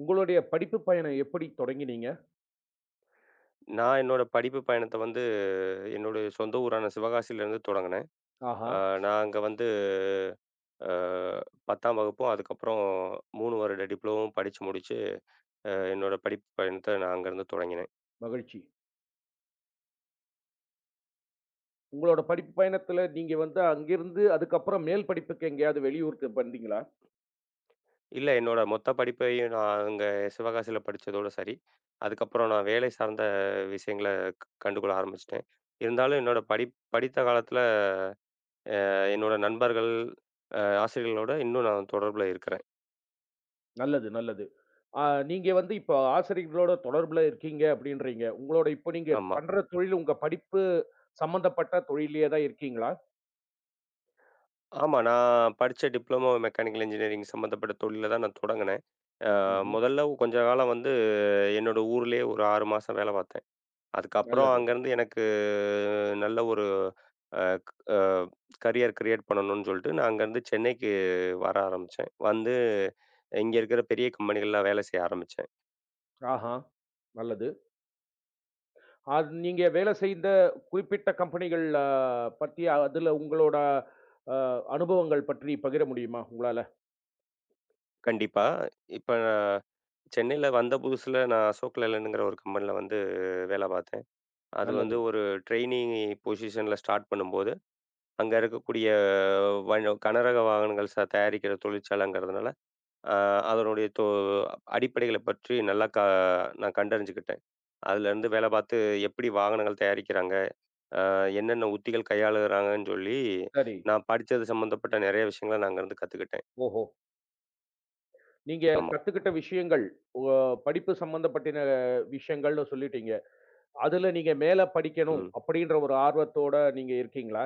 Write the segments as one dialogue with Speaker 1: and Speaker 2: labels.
Speaker 1: உங்களுடைய படிப்பு பயணம் எப்படி தொடங்கினீங்க?
Speaker 2: நான் என்னோட படிப்பு பயணத்த வந்து, என்னுடைய சொந்த ஊரான சிவகாசியிலேருந்து தொடங்குனேன்.
Speaker 1: ஆஹா!
Speaker 2: அ நான் அங்க வந்து அ 10ஆம் வகுப்பும், அதுக்கப்புறம் 3 வருட டிப்ளோமாவும் படிச்சு முடிச்சு, என்னோட படிப்பு பயணத்த நான் அங்கேருந்து தொடங்கினேன்.
Speaker 1: மகிழ்ச்சி. உங்களோட படிப்பு பயணத்துல நீங்க வந்து அங்கிருந்து அதுக்கப்புறம் மேல் படிப்புக்கு எங்கேயாவது வெளியூருக்கு வந்தீங்களா?
Speaker 2: இல்ல என்னோட மொத்த படிப்பையும் நான் அங்க சிவகாசியில படிச்சதோட சரி. அதுக்கப்புறம் நான் வேலை சார்ந்த விஷயங்கள கண்டுகொள்ள ஆரம்பிச்சுட்டேன். இருந்தாலும் என்னோட படித்த காலத்தில என்னோட நண்பர்கள், ஆசிரியர்களோட இன்னும் நான் தொடர்புல இருக்கிறேன்.
Speaker 1: நல்லது, நல்லது. ஆ நீங்க வந்து இப்போ ஆசிரியர்களோட தொடர்புல இருக்கீங்க அப்படின்றீங்க. உங்களோட இப்போ நீங்க
Speaker 2: ஆமா.
Speaker 1: பண்ற தொழில் உங்க படிப்பு சம்மந்தப்பட்ட தொழில்லயே தான் இருக்கீங்களா?
Speaker 2: ஆமா. நான் படிச்ச டிப்ளமோ மெக்கானிக்கல் இன்ஜினியரிங் சம்மந்தப்பட்ட தொழில தான் நான் தொடங்குனேன். அ
Speaker 1: ம்ஹ்ம்.
Speaker 2: முதல்ல கொஞ்ச காலம் வந்து என்னோட ஊர்லயே ஒரு 6 மாசம் வேல பார்த்தேன். அதுக்கப்புறம்
Speaker 1: நல்லது.
Speaker 2: அங்கருந்து எனக்கு நல்ல ஒரு அ க் அ கரியர் கிரியேட் பண்ணணும்னு சொல்லிட்டு, நான் அங்கருந்து சென்னைக்கு வர ஆரம்பிச்சேன். வந்து இங்க இருக்கிற பெரிய கம்பெனிகள்ல வேலை செய்ய ஆரம்பிச்சேன்.
Speaker 1: ஆஹா! நல்லது. அது நீங்க வேலை செய்த குறிப்பிட்ட கம்பெனிகள் பத்தி அதுல உங்களோட அ அனுபவங்கள் பற்றி பகிர முடியுமா உங்களால?
Speaker 2: கண்டிப்பா. இப்ப சென்னையில வந்த புதுசுல நான் அசோக் லேலண்ட்ங்கிற ஒரு கம்பெனில வந்து வேல பார்த்தேன். அது வந்து
Speaker 1: நல்லது.
Speaker 2: ஒரு ட்ரெய்னி பொசிஷன்ல ஸ்டார்ட் பண்ணும்போது அங்க இருக்கக்கூடிய வண் கனரக வாகனங்கள் தயாரிக்கிற தொழிற்சாலைங்கிறதுனால, அ அதனுடைய அடிப்படைகள பற்றி நல்லா நான் கண்டறிஞ்சுக்கிட்டேன். அதுலேருந்து வேலை பார்த்து எப்படி வாகனங்கள் தயாரிக்கிறாங்க? அ என்னென்ன உத்திகள் கையாளுறாங்கன்னு சொல்லி,
Speaker 1: சரி.
Speaker 2: நான் படிச்சது சம்மந்தப்பட்ட நெறைய விஷயங்கள நான் அங்கருந்து கத்துக்கிட்டேன்.
Speaker 1: ஓஹோ! நீங்க
Speaker 2: ஆமா.
Speaker 1: கத்துக்கிட்ட விஷயங்கள், உங்க படிப்பு சம்மந்தப்பட்டின விஷயங்கள்னு சொல்லிட்டீங்க. அதுல நீங்க மேல படிக்கணும்
Speaker 2: ம்.
Speaker 1: அப்படின்ற ஒரு ஆர்வத்தோட நீங்க இருக்கீங்களா?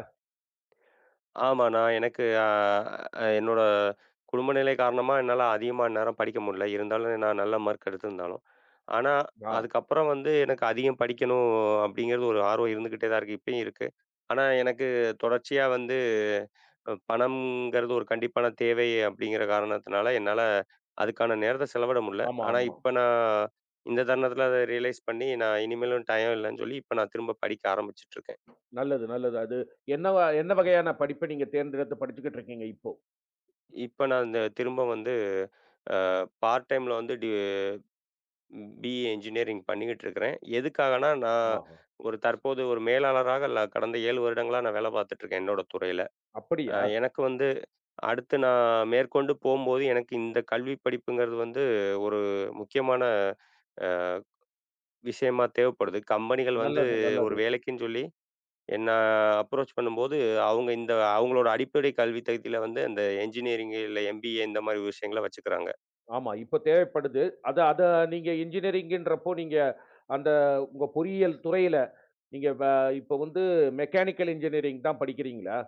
Speaker 2: ஆமா. நான் எனக்கு அ என்னோட குடும்ப நிலை காரணமா என்னால அதிகமா அந்நேரம் படிக்க முடியல. இருந்தாலும் நான் நல்ல மார்க் எடுத்திருந்தாலும். ஆனா,
Speaker 1: ஆ,
Speaker 2: அதுக்கப்புறம் வந்து எனக்கு அதிகம் படிக்கணும் அப்படிங்கிறது ஒரு ஆர்வம் இருந்துகிட்டே தான் இருக்கு. இப்பயும் இருக்கு. ஆனா, எனக்கு தொடர்ச்சியா வந்து பணம்ங்கிறது ஒரு கண்டிப்பான தேவை அப்படிங்கிற காரணத்தினால என்னால அதுக்கான நேரத்த செலவிட முடியல.
Speaker 1: ஆமா,
Speaker 2: ஆனா,
Speaker 1: ஆமா.
Speaker 2: இப்ப நான் இந்த தருணத்தில அத ரியலைஸ் பண்ணி நான் இனிமேலும் டைம் இல்லன்னு சொல்லி இப்ப நான் திரும்ப படிக்க ஆரம்பிச்சுட்டு இருக்கேன்.
Speaker 1: நல்லது, நல்லது. அது என்ன வகையான படிப்ப நீங்க தேர்ந்தெடுத்து படிச்சுக்கிட்டு இருக்கீங்க இப்போ?
Speaker 2: இப்ப நான் இந்த திரும்ப வந்து பார்ட் டைம்ல வந்து பிஇ இன்ஜினியரிங் பண்ணிக்கிட்டு இருக்கிறேன். எதுக்காகன்னா, நான்
Speaker 1: ஆஹா.
Speaker 2: ஒரு தற்போது ஒரு மேலாளராக கடந்த 7 வருடங்களா நான் வேலை பார்த்துட்டுருக்கேன் என்னோட துறையில.
Speaker 1: அப்படியா?
Speaker 2: எனக்கு வந்து அடுத்து நான் மேற்கொண்டு போம்போது எனக்கு இந்த கல்வி படிப்புங்கிறது வந்து ஒரு முக்கியமான அ விஷயமா தேவைப்படுது. கம்பெனிகள் வந்து
Speaker 1: நல்லது,
Speaker 2: ஒரு
Speaker 1: நல்லது.
Speaker 2: வேலைக்குன்னு சொல்லி என்ன அப்ரோச் பண்ணும்போது, அவங்க இந்த அவங்களோட அடிப்படை கல்வி தகுதியில வந்து அந்த என்ஜினியரிங் இல்ல எம்பிஏ இந்த மாரி விஷயங்கள வச்சுக்கிறாங்க.
Speaker 1: ஆமா, இப்ப தேவைப்படுது. அத அத நீங்க இன்ஜினியரிங்ன்றப்போ நீங்க அந்த உங்க பொறியியல் துறையில நீங்க வ இப்ப வந்து மெக்கானிக்கல் இன்ஜினியரிங் தான் படிக்கிறீங்களா?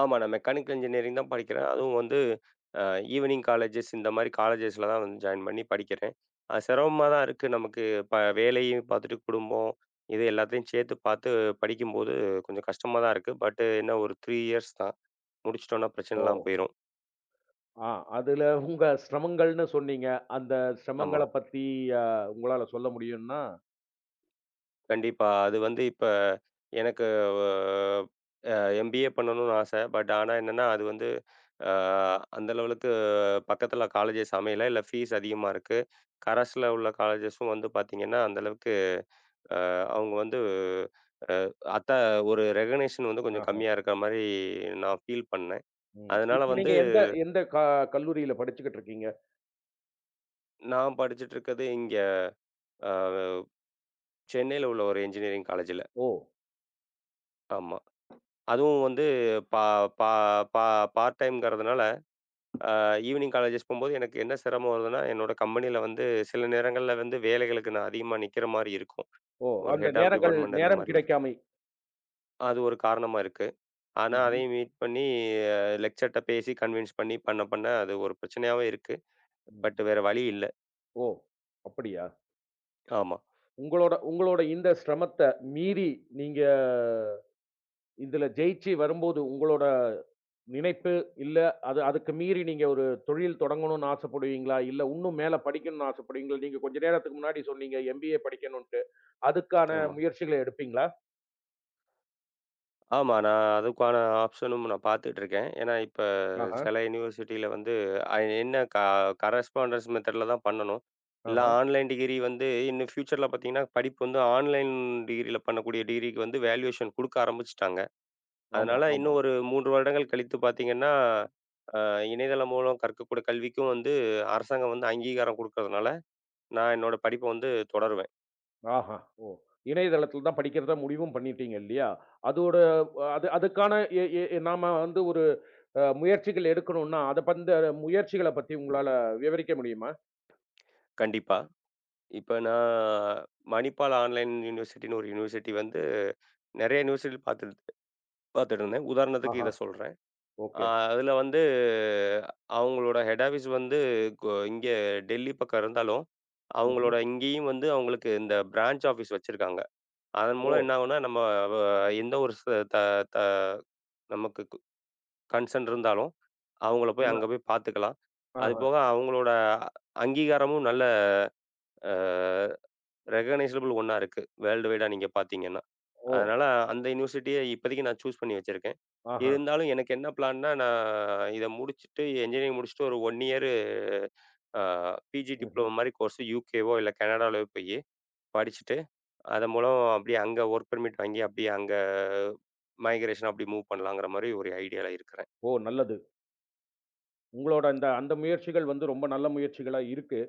Speaker 2: ஆமா. நான் மெக்கானிக்கல் இன்ஜினியரிங் தான் படிக்கிறேன். அதுவும் வந்து அ ஈவினிங் காலேஜஸ் இந்த மாரி காலேஜஸ்ல தான் வந்து ஜாயின் பண்ணி படிக்கிறேன். அது சிரமமா தான் இருக்கு. நமக்கு ப வேலையும் பார்த்துட்டு, குடும்பம் இது எல்லாத்தையும் சேர்த்து பார்த்து படிக்கும்போது கொஞ்சம் கஷ்டமா தான் இருக்கு. பட் என்ன ஒரு 3 இயர்ஸ் தான். முடிச்சுட்டோம்னா பிரச்சனை இல்லாம போயிரும்.
Speaker 1: ஆ. அதுல உங்க சிரமங்கள்னு சொன்னீங்க. அந்த
Speaker 2: ம். ஆமா.
Speaker 1: சிரமங்கள பத்தி அ உங்களால சொல்ல முடியும்னா?
Speaker 2: கண்டிப்பா. அது வந்து இப்ப எனக்கு அ எம்பிஏ பண்ணணும்னு ஆசை. பட் ஆனா என்னன்னா, அது வந்து அ அந்த லெவலுக்கு பக்கத்துல காலேஜஸ் அமையல. இல்ல ஃபீஸ் அதிகமா இருக்கு. கரஸ்ல உள்ள காலேஜஸும் வந்து பார்த்தீங்கன்னா, அந்த அளவுக்கு அ அவங்க வந்து அத்த ஒரு ரெகக்னேஷன் வந்து கொஞ்சம்
Speaker 1: ஆஹா.
Speaker 2: கம்மியா இருக்கிற மாரி நான் ஃபீல் பண்ணேன்.
Speaker 1: ம்.
Speaker 2: அதனால
Speaker 1: இப்ப
Speaker 2: வந்து
Speaker 1: நீங்க எந்த எந்த கல்லூரியில படிச்சுக்கிட்டு இருக்கீங்க?
Speaker 2: நான் படிச்சுட்டு இருக்கிறது இங்க அ சென்னையில உள்ள ஒரு இன்ஜினியரிங் காலேஜ்ல.
Speaker 1: ஓ!
Speaker 2: ஆமா. அதுவும் வந்து பா பா பா பார்ட் டைம்ங்கிறதுனால ஈவினிங் காலேஜஸ் போகும்போது எனக்கு என்ன சிரமம் வருதுன்னா, என்னோட கம்பெனியில வந்து சில நேரங்கள்ல வந்து வேலைகளுக்கு நான் அதிகமா நிக்கிற மாரி இருக்கும்.
Speaker 1: ஓ!
Speaker 2: ஒரு
Speaker 1: அந்த
Speaker 2: ஹெட் ஆஃப் டிபார்ட்மெண்ட் அந்த
Speaker 1: நேரம்
Speaker 2: மாரி ஒரு
Speaker 1: கிடைக்காமை.
Speaker 2: அது ஒரு காரணமா இருக்கு. ஆனா
Speaker 1: ம்ஹ்ம்.
Speaker 2: அதையும் மீட் பண்ணி லெக்சர்ட்ட பேசி கன்வின்ஸ் பண்ணி பண்ண பண்ண அது ஒரு பிரச்சனையாவே இருக்கு.
Speaker 1: ம்.
Speaker 2: பட் வேற வழி இல்ல.
Speaker 1: ஓ! அப்படியா?
Speaker 2: ஆமா,
Speaker 1: உங்களோட உங்களோட இந்த சிரமத்த மீறி நீங்க இதுல ஜெயிச்சு வரும்போது உங்களோட நினைப்பு இல்ல, அதுக்கு மீறி நீங்க ஒரு தொழில் தொடங்கணும்னு ஆசைப்படுவீங்களா? இல்ல இன்னும் மேல படிக்கணும்னு ஆசைப்படுவீங்களா? நீங்க கொஞ்ச நேரத்துக்கு முன்னாடி சொன்னீங்க எம்பிஏ படிக்கணும்ன்ட்டு. அதுக்கான
Speaker 2: ஆமா.
Speaker 1: முயற்சிகள எடுப்பீங்களா?
Speaker 2: ஆமா. நான் அதுக்கான ஆப்ஷனும் நான் பார்த்துட்டு இருக்கேன். ஏன்னா, இப்ப
Speaker 1: ஆஹா,
Speaker 2: சில யுனிவர்சிட்டியில வந்து அ என்ன க கரஸ்பாண்டன்ஸ் மெத்தட்ல தான் பண்ணணும். இல்ல
Speaker 1: ஆஹா.
Speaker 2: ஆன்லைன் டிகிரி வந்து இன்னும் ஃபியூச்சர்ல பார்த்தீங்கன்னா, படிப்பு வந்து ஆன்லைன் டிகிரியில பண்ணக்கூடிய டிகிரிக்கு வந்து வேல்யூவேஷன் குடுக்க ஆரம்பிச்சுட்டாங்க.
Speaker 1: ஆமா,
Speaker 2: அதனால இன்னும்
Speaker 1: ஆமாம்.
Speaker 2: ஒரு 3 வருடங்கள் கழித்து பார்த்தீங்கன்னா, அ இணையதளம் மூலம் கற்கக்கூடிய கல்விக்கும் வந்து அரசாங்கம் வந்து அங்கீகாரம் குடுக்கறதுனால, நான் என்னோட படிப்ப வந்து தொடருவேன்.
Speaker 1: ஆஹா. ஓ! இணையதளத்தில தான் படிக்கிறதா முடிவும் பண்ணிட்டீங்க இல்லையா? அதோட அது அதுக்கான எ எ எ- நாம வந்து ஒரு முயற்சிகள் எடுக்கணும்னா, அத பந்த முயற்சிகள பத்தி உங்களால விவரிக்க முடியுமா?
Speaker 2: கண்டிப்பா. இப்ப நான் மணிப்பால் ஆன்லைன் யூனிவர்சிட்டின்னு ஒரு யூனிவர்சிட்டி வந்து நெறைய யூனிவர்சிட்டி பார்த்துட்டு பார்த்துட்டு இருந்தேன். உதாரணத்துக்கு
Speaker 1: ஆஹா.
Speaker 2: இத சொல்றேன். அ
Speaker 1: ஓகே.
Speaker 2: அதுல வந்து அவங்களோட ஹெட் ஆஃபீஸ் வந்து இங்க டெல்லி பக்கம் இருந்தாலும்,
Speaker 1: ம்ஹ்ம்.
Speaker 2: அவங்களோட இங்கேயும் வந்து அவங்களுக்கு இந்த பிரான்ச் ஆஃபீஸ் வச்சிருக்காங்க. அதன்
Speaker 1: ஓ!
Speaker 2: மூலம் என்ன ஆகும்னா, நம்ம வ எந்த ஒரு ச த த நமக்கு கன்சர்ன் இருந்தாலும், அவங்கள போய்
Speaker 1: இல்ல.
Speaker 2: அங்க போய் பார்த்துக்கலாம். அது
Speaker 1: ஆஹா.
Speaker 2: போக அவங்களோட அங்கீகாரமும் நல்ல அ ரெகக்னைசபிள் ஒண்ணா இருக்கு. வேர்ல்டு வைடா நீங்க பார்த்தீங்கன்னா.
Speaker 1: ஓ!
Speaker 2: அதனால அந்த யுனிவர்சிட்டிய இப்போதைக்கு நான் சூஸ் பண்ணி வச்சிருக்கேன்.
Speaker 1: ஆஹா.
Speaker 2: இருந்தாலும் எனக்கு என்ன பிளான்னா, நான் இத முடிச்சுட்டு என்ஜினியரிங் முடிச்சுட்டு ஒரு 1 இயர் அ பிஜி டிப்ளமோ
Speaker 1: ம்ஹ்ம்.
Speaker 2: மாரி கோர்ஸ் யுகேவோ இல்ல கனடாலோ போயி படிச்சுட்டு, அதன் மூலம் அப்படியே அங்க வொர்க் பெர்மிட் வாங்கி அப்படியே அங்க மைக்ரேஷனா அப்படி மூவ் பண்ணலாங்கிற மாரி ஒரு ஐடியால இருக்கிறேன்.
Speaker 1: ஓ! நல்லது. உங்களோட அந்த அந்த முயற்சிகள் வந்து ரொம்ப நல்ல முயற்சிகளா இருக்கு.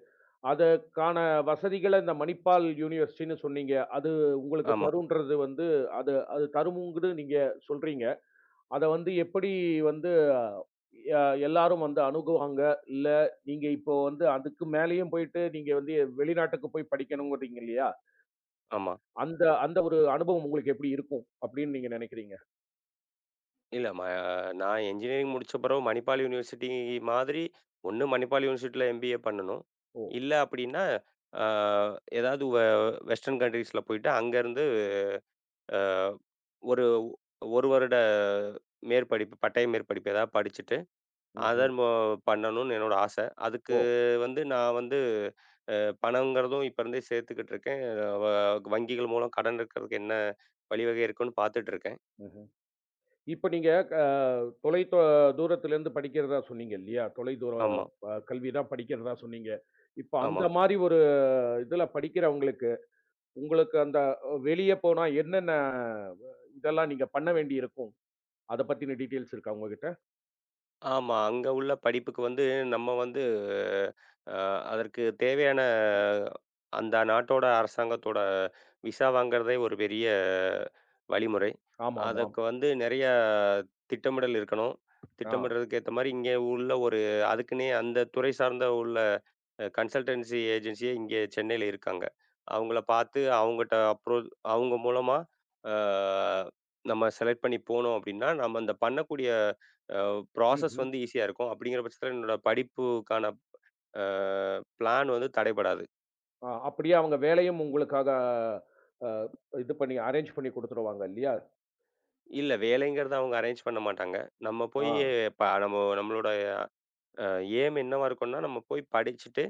Speaker 1: அதற்கான வசதிகள இந்த மணிப்பால் யூனிவர்சிட்டின்னு சொன்னீங்க. அது உங்களுக்கு
Speaker 2: ஆமா,
Speaker 1: தருன்றது வந்து அது அது தரும்ங்குறது நீங்க சொல்றீங்க. அத வந்து எப்படி வந்து அ எல்லாரும் வந்து அணுகுவாங்க? இல்ல நீங்க இப்போ வந்து அதுக்கு மேலயும் போயிட்டு நீங்க வந்து வெளிநாட்டுக்கு போய் படிக்கணும்ங்குறீங்க இல்லையா?
Speaker 2: ஆமா.
Speaker 1: அந்த அந்த ஒரு அனுபவம் உங்களுக்கு எப்படி இருக்கும்? அப்படின்னு நீங்க நினைக்கிறீங்க?
Speaker 2: இல்ல. நான் இன்ஜினியரிங் முடிச்ச பிறகு மணிப்பால் யூனிவர்சிட்டி மாதிரி, ஒண்ணு மணிப்பால் யூனிவர்சிட்டியில எம்பிஏ பண்ணணும்.
Speaker 1: ஓ!
Speaker 2: இல்ல அப்டின்னா, அ ஏதாவது வெஸ்டர்ன் கண்ட்ரீஸ்ல போயிட்டு அங்கருந்து அ ஒரு 1 வருட மேற்படிப்பு, பட்டய மேற்படிப்பு ஏதாவது படிச்சுட்டு,
Speaker 1: ம்ஹ்ம்.
Speaker 2: அதன் மு பண்ணணும்னு என்னோட ஆச. அதுக்கு
Speaker 1: ஓ!
Speaker 2: வந்து நான் வந்து அ பணம்ங்கிறதும் இப்ப இருந்தே சேர்த்துக்கிட்டு இருக்கேன். வ வங்கிகள் மூலம் கடன் எடுக்கிறதுக்கு என்ன வழிவகை இருக்குன்னு பார்த்துட்டு இருக்கேன்.
Speaker 1: ம்ஹ்ம். இப்ப நீங்க அ தொலை தூரத்திலிருந்து படிக்கிறதா சொன்னீங்க இல்லையா? தொலை தூர
Speaker 2: ஆமா,
Speaker 1: ம். கல்வி தான் படிக்கிறதா சொன்னீங்க. இப்ப
Speaker 2: ஆமா.
Speaker 1: அந்த மாரி ஒரு இதுல படிக்கிறவங்களுக்கு, உங்களுக்கு அந்த வெளிய போனா என்னென்ன இதெல்லாம் நீங்க பண்ண வேண்டியிருக்கும்? அத பத்தின டீட்டெயில்ஸ் இருக்கா உங்ககிட்ட?
Speaker 2: ஆமா. அங்க உள்ள படிப்புக்கு வந்து நம்ம வந்து அ அதற்கு தேவையான அந்த நாட்டோட அரசாங்கத்தோட விசா வாங்குறதே ஒரு பெரிய வழிமுறை.
Speaker 1: ஆமாமா.
Speaker 2: அதுக்கு வந்து நெறைய திட்டமிடல் இருக்கணும்.
Speaker 1: ஆ.
Speaker 2: திட்டமிடுறதுக்கு ஏத்த மாரி இங்கே உள்ள ஒரு அதுக்குன்னே அந்த துறை சார்ந்த உள்ள கன்சல்டன்சி ஏஜென்சியே இங்கே சென்னையில இருக்காங்க. அவங்கள பார்த்து அவங்கட்ட அப்ரோச் அவங்க மூலமா அ நம்ம செலக்ட் பண்ணி போனோம் அப்டின்னா, நம்ம அந்த பண்ணக்கூடிய அ ப்ராசஸ்
Speaker 1: ம்ஹ்ம்.
Speaker 2: வந்து ஈஸியா இருக்கும். அப்படிங்கிற பட்சத்தில என்னோட படிப்புக்கான அ பிளான் வந்து தடைபடாது.
Speaker 1: ம் அப்படியே அவங்க வேலையும் உங்களுக்காக அ இது பண்ணி அரேஞ்ச் பண்ணி குடுத்துருவாங்க இல்லையா?
Speaker 2: இல்ல வேலைங்கிறத அவங்க அரேஞ்ச் பண்ண மாட்டாங்க. நம்ம போய்
Speaker 1: ஆ.
Speaker 2: ப நம்ம நம்மளோட அ எய்ம் என்னவா இருக்கும்னா, நம்ம போய் படிச்சுட்டு,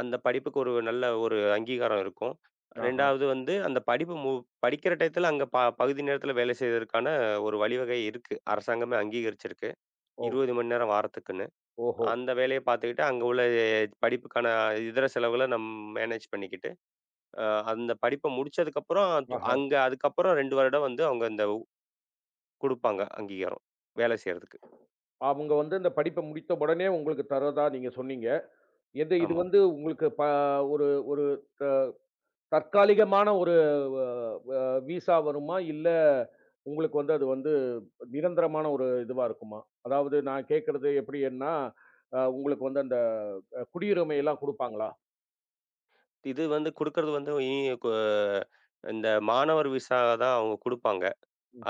Speaker 2: அந்த படிப்புக்கு ஒரு நல்ல ஒரு அங்கீகாரம் இருக்கும்.
Speaker 1: ஆஹா.
Speaker 2: 2வது வந்து அந்த படிப்பு மு படிக்கிற டயத்துல அங்க பகுதி நேரத்தில வேலை செய்றதுக்கான ஒரு வழிவகை இருக்கு. அரசாங்கமே அங்கீகரிச்சிருக்கு.
Speaker 1: ஓ!
Speaker 2: 20 மணி நேரம் வாரத்துக்குன்னு.
Speaker 1: ஓஹோ!
Speaker 2: அந்த வேலைய பார்த்துக்கிட்டு, அங்க உள்ள படிப்புக்கான இதர செலவுகள மேனேஜ் பண்ணிக்கிட்டு அ அந்த படிப்ப முடிச்சதுக்கப்புறம்,
Speaker 1: ஆஹ.
Speaker 2: அங்க அதுக்கப்புறம் 2 வருடம் வந்து அவங்க இந்த குடுப்பாங்க அங்கீகாரம், வேலை செய்றதுக்கு.
Speaker 1: அவங்க வந்து இந்த படிப்ப முடித்த உடனே உங்களுக்கு தர்றதா நீங்க சொன்னீங்க. எது இது
Speaker 2: ஆமா.
Speaker 1: வந்து உங்களுக்கு ஒரு ஒரு தற்காலிகமான ஒரு அ அ விசா வருமா? இல்ல உங்களுக்கு வந்து அது வந்து நிரந்தரமான ஒரு இதுவா இருக்குமா? அதாவது நான் கேட்கறது எப்படின்னா, உங்களுக்கு வந்து அந்த குடியுரிமை எல்லாம் குடுப்பாங்களா?
Speaker 2: இது வந்து குடுக்கறது வந்து இ கு இந்த மாணவர் விசா தான் அவங்க குடுப்பாங்க.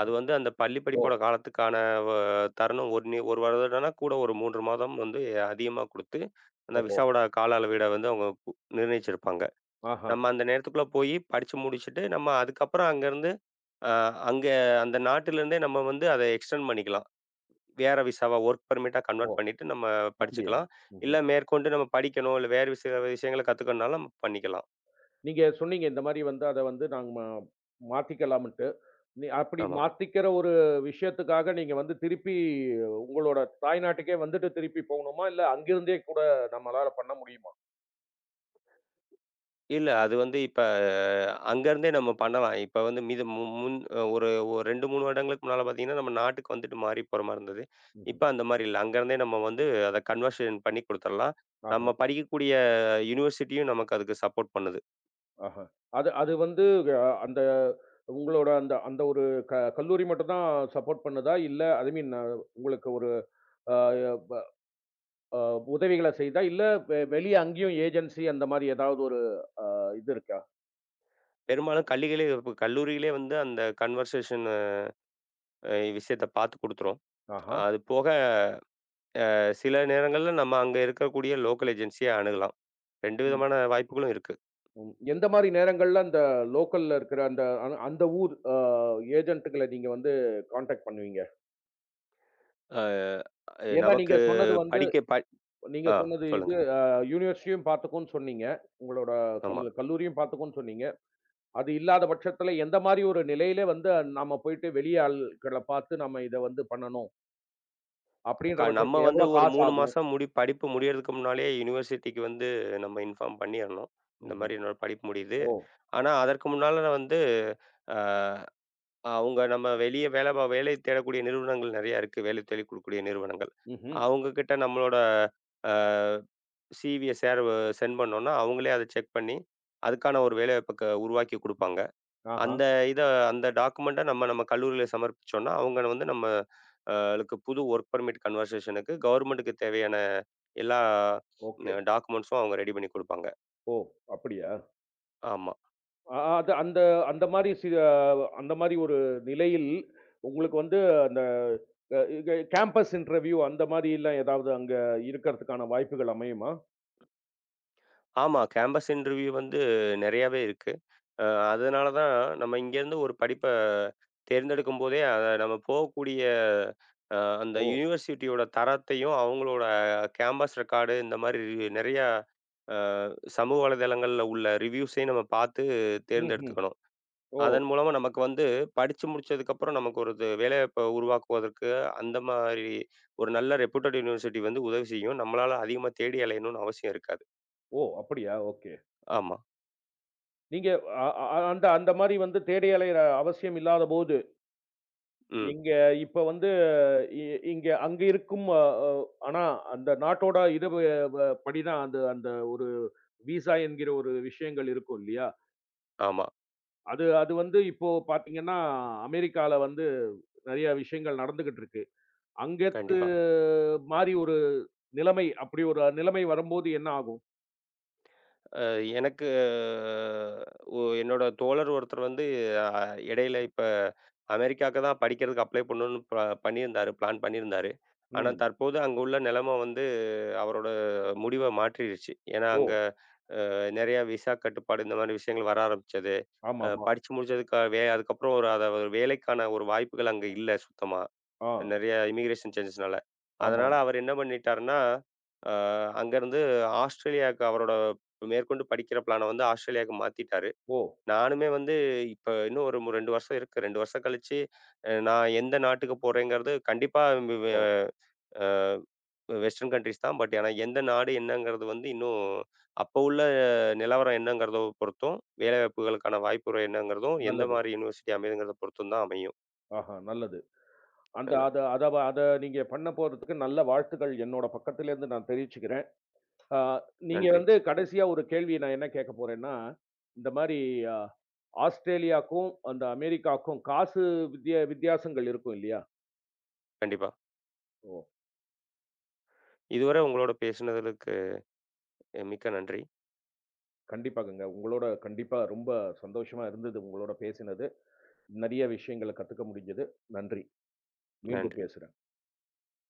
Speaker 2: அது வந்து அந்த பள்ளி
Speaker 1: ஓ!
Speaker 2: படிப்போட காலத்துக்கான வ தருணம் 1 நி 1 வருடம்னா கூட ஒரு 3 மாதம் வந்து அதிகமா குடுத்து, அந்த
Speaker 1: ஓஹோ!
Speaker 2: விசாவோட கால அளவீட வந்து அவங்க நிர்ணயிச்சிருப்பாங்க.
Speaker 1: ஆஹா!
Speaker 2: நம்ம அந்த நேரத்துக்குள்ள போயி படிச்சு முடிச்சுட்டு, நம்ம அதுக்கப்புறம் அங்கருந்து அ அங்க அந்த நாட்டிலிருந்தே நம்ம வந்து அத எக்ஸ்டெண்ட் பண்ணிக்கலாம். வேற விசாவா ஒர்க் பெர்மிட்டா
Speaker 1: ஓ!
Speaker 2: கன்வெர்ட் பண்ணிட்டு நம்ம
Speaker 1: அப்படியா?
Speaker 2: படிச்சுக்கலாம். இல்ல
Speaker 1: ம்ஹ்ம்.
Speaker 2: மேற்கொண்டு நம்ம படிக்கணும். இல்ல வேறு சில விஷயங்கள கத்துக்கணும்னாலும் நம்ம பண்ணிக்கலாம்.
Speaker 1: நீங்க சொன்னீங்க இந்த மாரி வந்து அத வந்து நாங்க மாத்திக்கலாம்ன்ட்டு. நீ அப்படி
Speaker 2: ஆமா.
Speaker 1: மாத்திக்கிற ஒரு விஷயத்துக்காக நீங்க வந்து திருப்பி உங்களோட தாய்நாட்டுக்கே வந்துட்டு திருப்பி போகணுமா? இல்ல அங்கிருந்தே கூட நம்மளால பண்ண முடியுமா?
Speaker 2: இல்ல அது வந்து இப்ப அங்கருந்தே நம்ம பண்ணலாம். இப்ப வந்து மீது மு முன் ஒரு ஒரு 2, 3 வருடங்களுக்கு முன்னால பார்த்தீங்கன்னா, நம்ம நாட்டுக்கு வந்துட்டு மாறி போற மாரி இருந்தது. இப்ப
Speaker 1: ம்ஹ்ம்.
Speaker 2: அந்த மாரி இல்ல. அங்கருந்தே நம்ம வந்து அத கன்வர்ஷன் பண்ணி குடுத்துரலாம்.
Speaker 1: ஆஹா,
Speaker 2: நம்ம படிக்கக்கூடிய யூனிவர்சிட்டியும் நமக்கு அதுக்கு சப்போர்ட் பண்ணுது.
Speaker 1: ஆஹா. அது அது வந்து அந்த உங்களோட அந்த அந்த ஒரு கல்லூரி மட்டும் தான் சப்போர்ட் பண்ணுதா? இல்ல ஐ மீன் உங்களுக்கு ஒரு அ அ உதவிகள செய்தா? இல்ல வெளிய அங்கேயும் ஏஜென்சி அந்த மாரி ஏதாவது ஒரு அ இது இருக்கா?
Speaker 2: பெரும்பாலும் கல்லிகளே இப்ப கல்லூரிகளே வந்து அந்த கன்வர்சேஷன் விஷயத்த பார்த்து குடுத்துரும்.
Speaker 1: ஆஹா.
Speaker 2: அது போக சில நேரங்கள்ல நம்ம அங்க இருக்கக்கூடிய லோக்கல் ஏஜென்சிய அணுகலாம். 2 விதமான வாய்ப்புகளும் இருக்கு.
Speaker 1: ம். எந்த மாரி நேரங்கள்ல அந்த லோக்கல்ல இருக்கிற அந்த அந்த ஊர் ஏஜென்ட்டுகள நீங்க வந்து கான்டாக்ட் பண்ணுவீங்க?
Speaker 2: அ அ
Speaker 1: ஏன்னா
Speaker 2: நமக்கு படிக்க ப
Speaker 1: நீங்க
Speaker 2: ஆ
Speaker 1: சொன்னது இது
Speaker 2: சொல்லுங்க.
Speaker 1: யூனிவர்சிட்டியும் பார்த்துக்கும்ன்னு சொன்னீங்க. உங்களோட
Speaker 2: ஆமா.
Speaker 1: கல்லூரியும் பார்த்துக்கும்ன்னு சொன்னீங்க. அது இல்லாத பட்சத்துல எந்த மாரி ஒரு நிலையில வந்து நாம போயிட்டு வெளிய ஆள்கள பார்த்து நம்ம இத வந்து பண்ணணும்? அப்படின்ற
Speaker 2: நம்ம
Speaker 1: பட்சத்துக்கு
Speaker 2: வந்து
Speaker 1: எவ்வளோ
Speaker 2: ஒரு
Speaker 1: காசு
Speaker 2: 3
Speaker 1: ஆகும்?
Speaker 2: மாசம் படிப்பு முடியறதுக்கு முன்னாலேயே யுனிவர்சிட்டிக்கு வந்து நம்ம இன்ஃபார்ம் பண்ணிறணும். இந்த மாரி
Speaker 1: ம்ஹ்ம்.
Speaker 2: என்னோட படிப்பு முடியுது.
Speaker 1: ஓ!
Speaker 2: ஆனா அதற்கு முன்னால நான் வந்து அ அவங்க நம்ம வெளிய வேலை தேடக்கூடிய நிறுவனங்கள் நெறையா இருக்கு. வேலை தேடிக் குடுக்கக்கூடிய நிறுவனங்கள்.
Speaker 1: ம்ஹ்ம்.
Speaker 2: அவங்க கிட்ட நம்மளோட அ சிவிய சேர சென்ட் பண்ணோம்னா, அவங்களே அத செக் பண்ணி, அதுக்கான ஒரு வேலைவாய்ப்ப உருவாக்கி குடுப்பாங்க.
Speaker 1: ஆஹா.
Speaker 2: அந்த இத அந்த டாக்குமெண்ட்ட நம்ம நம்ம கல்லூரியில சமர்ப்பிச்சோம்னா, அவங்க வந்து நம்ம அ ளுக்கு புது ஒர்க் பெர்மிட் கன்வர்சேஷனுக்கு கவர்மெண்ட்டுக்கு தேவையான எல்லா
Speaker 1: ஓகே.
Speaker 2: டாக்குமெண்ட்ஸும் அவங்க ரெடி பண்ணி குடுப்பாங்க.
Speaker 1: ஓ! அப்படியா?
Speaker 2: ஆமா.
Speaker 1: அ அது அந்த அந்த மாரி சி அ அந்த மாரி ஒரு நிலையில், உங்களுக்கு வந்து அந்த இங்க கேம்பஸ் இன்டர்வியூ அந்த மாரிலாம் ஏதாவது அங்க இருக்கறதுக்கான வாய்ப்புகள் அமையுமா?
Speaker 2: ஆமா. கேம்பஸ் இன்டர்வியூ வந்து நெறையாவே இருக்கு. அ அதனால தான் நம்ம இங்கேருந்து ஒரு படிப்ப தேர்ந்தெடுக்கும்போதே, அத நம்ம போகக்கூடிய அ அந்த
Speaker 1: ஓ!
Speaker 2: யூனிவர்சிட்டியோட தரத்தையும், அவங்களோட கேம்பஸ் ரெக்கார்டு இந்த மாரி நெறையா அ சமூக வலைதளங்கள்ல உள்ள ரிவ்யூஸையும் நம்ம பார்த்து
Speaker 1: ம்ஹ்ம்.
Speaker 2: தேர்ந்தெடுத்துக்கணும்.
Speaker 1: ஓ!
Speaker 2: அதன் மூலமா நமக்கு வந்து படிச்சு முடிச்சதுக்கப்புறம் நமக்கு ஒரு இது வேலைவாய்ப்ப உருவாக்குவதற்கு அந்த மாரி ஒரு நல்ல ரெப்யூட்டட் யூனிவர்சிட்டி வந்து உதவி செய்யும். நம்மளால அதிகமா தேடி அலையணும்னு அவசியம் இருக்காது.
Speaker 1: ஓ! அப்படியா? ஓகே.
Speaker 2: ஆமா.
Speaker 1: நீங்க அ அ அந்த அந்த மாரி வந்து தேடி அலையிற அவசியம் இல்லாதபோது,
Speaker 2: ம்.
Speaker 1: இங்க இப்ப வந்து இ இங்க அங்க இருக்கும் அ அ ஆனா அந்த நாட்டோட இது படிதான் அந்த அந்த ஒரு விசா என்கிற ஒரு விஷயங்கள் இருக்கும் இல்லையா?
Speaker 2: ஆமா.
Speaker 1: அது அது வந்து இப்போ பார்த்தீங்கன்னா, அமெரிக்கால வந்து நெறைய விஷயங்கள் நடந்துகிட்டு இருக்கு. அங்கத்து
Speaker 2: கண்டிப்பா.
Speaker 1: மாரி ஒரு நிலைமை அப்படி ஒரு நிலைமை வரும்போது என்ன ஆகும்?
Speaker 2: அ எனக்கு அஹ், ஒ என்னோட தோழர் ஒருத்தர் வந்து அ இடையில இப்ப அமெரிக்காவுக்கு தான் படிக்கிறதுக்கு அப்ளை பண்ணணும்னு பண்ணியிருந்தாரு. பிளான் பண்ணியிருந்தாரு. ஆனா
Speaker 1: ம்.
Speaker 2: தற்போது அங்க உள்ள நிலைமை வந்து அவரோட முடிவ மாற்றிருச்சு. ஏன்னா
Speaker 1: ஓ!
Speaker 2: அங்க நெறைய விசா கட்டுப்பாடு இந்த மாரி விஷயங்கள் வர ஆரம்பிச்சது.
Speaker 1: ஆமாமா.
Speaker 2: படிச்சு முடிச்சதுக்கு அதுக்கப்புறம் ஒரு அத ஒரு வேலைக்கான ஒரு வாய்ப்புகள் அங்க இல்ல சுத்தமா.
Speaker 1: ஆ.
Speaker 2: நெறைய இமிகிரேஷன் சேஞ்சஸ்னால. அதனால
Speaker 1: ஆமாம்.
Speaker 2: அவர் என்ன பண்ணிட்டாருன்னா, அ அங்கருந்து ஆஸ்ட்ரேலியாவுக்கு அவரோட மேற்கொண்டு படிக்கிற பிளான வந்து ஆஸ்ட்ரேலியாவுக்கு மாத்திட்டாரு.
Speaker 1: ஓ!
Speaker 2: நானுமே வந்து இப்ப இன்னும் ஒரு 2 வருஷம் இருக்கு. 2 வருஷம் கழிச்சு நான் எந்த நாட்டுக்கு போறேங்கிறது கண்டிப்பா வெ
Speaker 1: ஓ!
Speaker 2: அ வெஸ்டர்ன் கண்ட்ரீஸ் தான். பட் ஆனா எந்த நாடு என்னங்கிறது வந்து இன்னும் அப்ப உள்ள நிலவரம் என்னங்கிறத பொறுத்தும், வேலைவாய்ப்புகளுக்கான வாய்ப்புகள் என்னங்கிறதும், எந்த
Speaker 1: நல்லது.
Speaker 2: மாரி யுனிவர்சிட்டி அமையுதுங்கிறத பொறுத்தும் தான் அமையும்.
Speaker 1: ஆஹா, நல்லது. அந்த
Speaker 2: அதனால
Speaker 1: அத அத வ அத நீங்க பண்ண போறதுக்கு நல்ல வாழ்த்துக்கள் என்னோட பக்கத்திலேருந்து நான் தெரிவிச்சுக்கிறேன். ஆ நீங்க
Speaker 2: நன்றி.
Speaker 1: வந்து கடைசியா ஒரு கேள்வி நான் என்ன கேட்க போறேன்னா, இந்த மாரி அ ஆஸ்ட்ரேலியாக்கும், அந்த அமெரிக்காக்கும் காசு வித்தியாசங்கள் இருக்கும் இல்லையா?
Speaker 2: கண்டிப்பா.
Speaker 1: ஓ!
Speaker 2: இதுவரை உங்களோட பேசினதற்கு மிக்க நன்றி.
Speaker 1: கண்டிப்பாகங்க. உங்களோட கண்டிப்பா ரொம்ப சந்தோஷமா இருந்தது உங்களோட பேசினது. நெறைய விஷயங்கள கத்துக்க முடிஞ்சது. நன்றி. மீண்டும்
Speaker 2: நன்றி.
Speaker 1: பேசுறேன்.